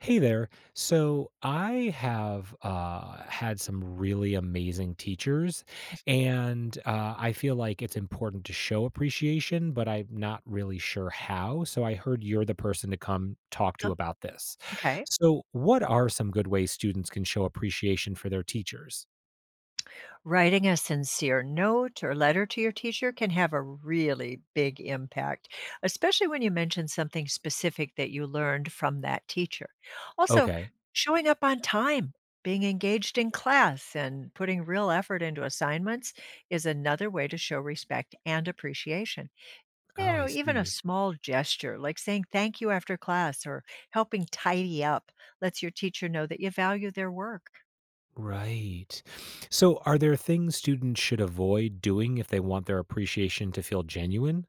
Hey there. So I have had some really amazing teachers, and I feel like it's important to show appreciation, but I'm not really sure how. So I heard you're the person to come talk to Oh, about this. okay. So, what are some good ways students can show appreciation for their teachers? Writing a sincere note or letter to your teacher can have a really big impact, especially when you mention something specific that you learned from that teacher. Also, Okay. showing up on time, being engaged in class, and putting real effort into assignments is another way to show respect and appreciation. You Oh, I know, even a see. small gesture like saying thank you after class or helping tidy up lets your teacher know that you value their work. Right. So, are there things students should avoid doing if they want their appreciation to feel genuine?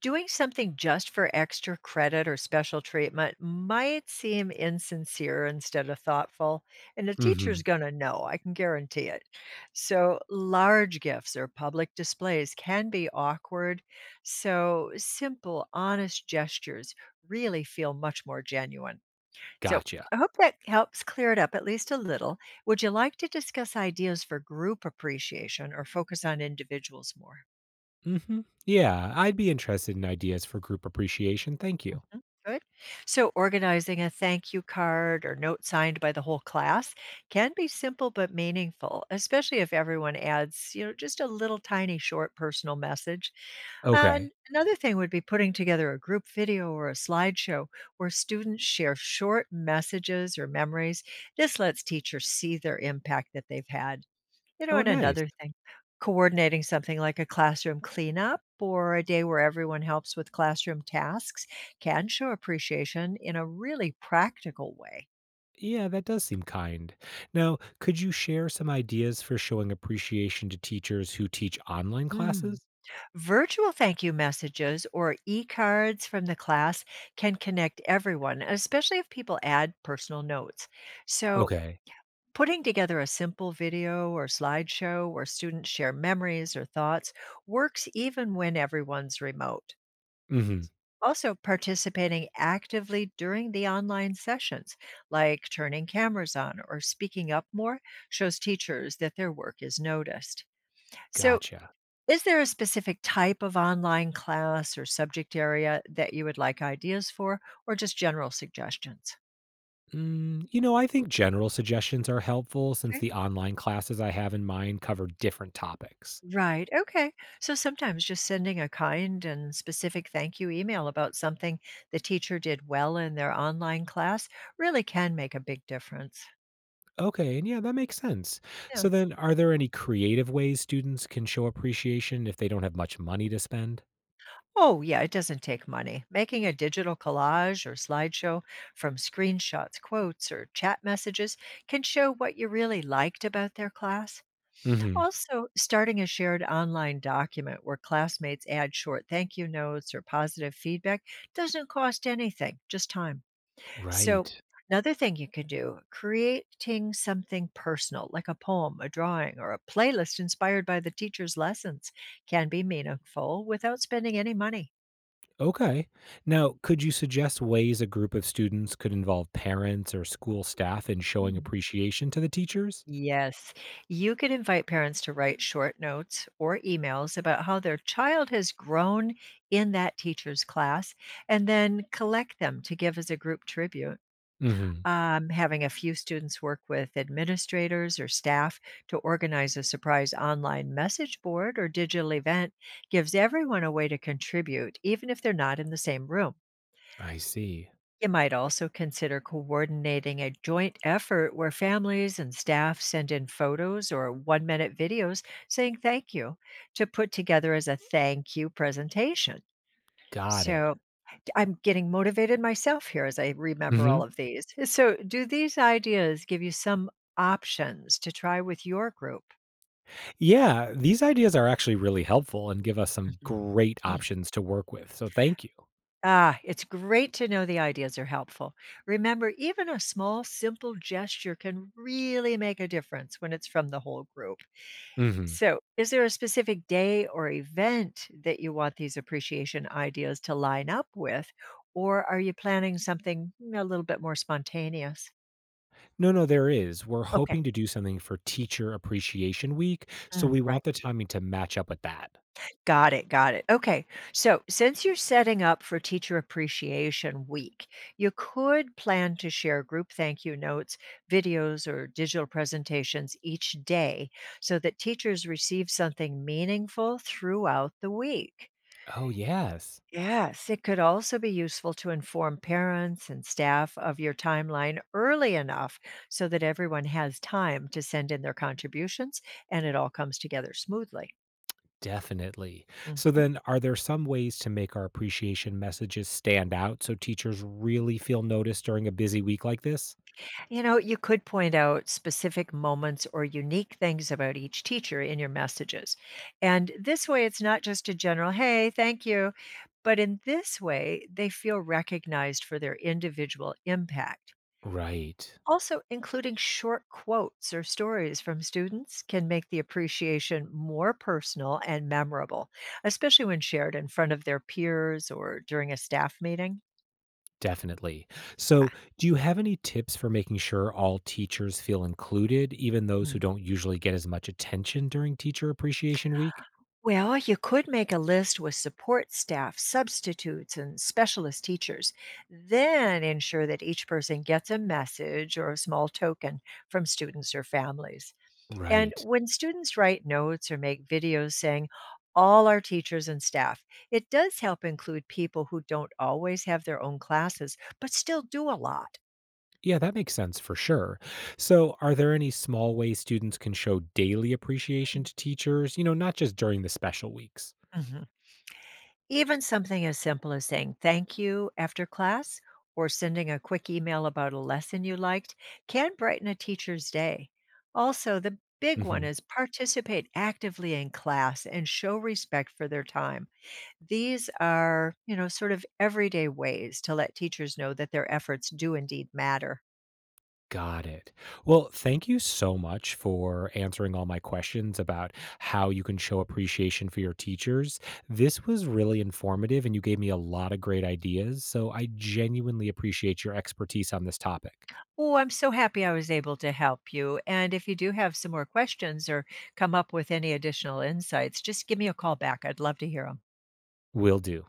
Doing something just for extra credit or special treatment might seem insincere instead of thoughtful, and the Mm hmm. teacher's going to know. I can guarantee it. So, large gifts or public displays can be awkward. So, simple, honest gestures really feel much more genuine. So, Gotcha. I hope that helps clear it up at least a little. Would you like to discuss ideas for group appreciation or focus on individuals more? Mhm. Yeah, I'd be interested in ideas for group appreciation. Thank you. Mhm. Good. So, organizing a thank you card or note signed by the whole class can be simple but meaningful, especially if everyone adds just a little tiny short personal message. And Okay. another thing would be putting together a group video or a slideshow where students share short messages or memories. This lets teachers see their impact that they've had. You know, Oh, and nice. another thing, coordinating something like a classroom cleanup or a day where everyone helps with classroom tasks can show appreciation in a really practical way. Yeah, that does seem kind. Now, could you share some ideas for showing appreciation to teachers who teach online Mm. classes? Virtual thank you messages or e cards from the class can connect everyone, especially if people add personal notes. So, Okay. putting together a simple video or slideshow where students share memories or thoughts works even when everyone's remote. Hmm. Also, participating actively during the online sessions, like turning cameras on or speaking up more, shows teachers that their work is noticed. So, Gotcha. is there a specific type of online class or subject area that you would like ideas for, or just general suggestions? Mm, I think general suggestions are helpful since Okay. the online classes I have in mind cover different topics. Right. Okay. So sometimes just sending a kind and specific thank you email about something the teacher did well in their online class really can make a big difference. Okay, and yeah, that makes sense. Yeah. So then, are there any creative ways students can show appreciation if they don't have much money to spend? Oh, yeah, it doesn't take money. Making a digital collage or slideshow from screenshots, quotes, or chat messages can show what you really liked about their class. Also, starting a shared online document where classmates add short thank you notes or positive feedback doesn't cost anything, just time. So, Right. another thing you can do creating something personal like a poem a drawing or a playlist inspired by the teacher's lessons can be meaningful without spending any money. Okay. Now, could you suggest ways a group of students could involve parents or school staff in showing Hmm. appreciation to the teachers? Yes. You can invite parents to write short notes or emails about how their child has grown in that teacher's class and then collect them to give as a group tribute. Hmm. Having a few students work with administrators or staff to organize a surprise online message board or digital event gives everyone a way to contribute, even if they're not in the same room. I see. You might also consider coordinating a joint effort where families and staff send in photos or 1-minute videos saying thank you to put together as a thank you presentation. Got it. So I'm getting motivated myself here as I remember Hmm. all of these. So, do these ideas give you some options to try with your group? Yeah, these ideas are actually really helpful and give us some Mhm. great options to work with. So thank you. Ah, it's great to know the ideas are helpful. Remember, even a small, simple gesture can really make a difference when it's from the whole group. Hmm. So, is there a specific day or event that you want these appreciation ideas to line up with? Or are you planning something a little bit more spontaneous? No, no, there is. We're Okay. hoping to do something for Teacher Appreciation Week. So we Right. want the timing to match up with that. Got it, got it. Okay. So, since you're setting up for Teacher Appreciation Week, you could plan to share group thank you notes, videos, or digital presentations each day so that teachers receive something meaningful throughout the week. Oh, yes. Yes. It could also be useful to inform parents and staff of your timeline early enough so that everyone has time to send in their contributions and it all comes together smoothly. Definitely. So Mm-hmm. then are there some ways to make our appreciation messages stand out so teachers really feel noticed during a busy week like this? You know, you could point out specific moments or unique things about each teacher in your messages. And this way, it's not just a general, hey, thank you, but in this way, they feel recognized for their individual impact. Right. Also, including short quotes or stories from students can make the appreciation more personal and memorable, especially when shared in front of their peers or during a staff meeting. Definitely. So, do you have any tips for making sure all teachers feel included, even those Yeah. who don't usually get as much attention during Teacher Appreciation Week? Well, you could make a list with support staff, substitutes, and specialist teachers. Then ensure that each person gets a message or a small token from students or families. And Right. when students write notes or make videos saying, all our teachers and staff, it does help include people who don't always have their own classes, but still do a lot. Yeah, that makes sense for sure. So, are there any small ways students can show daily appreciation to teachers, you know, not just during the special weeks? Mhm. Even something as simple as saying thank you after class or sending a quick email about a lesson you liked can brighten a teacher's day. Also, the big one is participate actively in class and show respect for their time. These are sort of everyday ways to let teachers know that their efforts do indeed matter. Got it. Well, thank you so much for answering all my questions about how you can show appreciation for your teachers. This was really informative and you gave me a lot of great ideas. So I genuinely appreciate your expertise on this topic. Oh, I'm so happy I was able to help you. And if you do have some more questions or come up with any additional insights, just give me a call back. I'd love to hear them. Will do.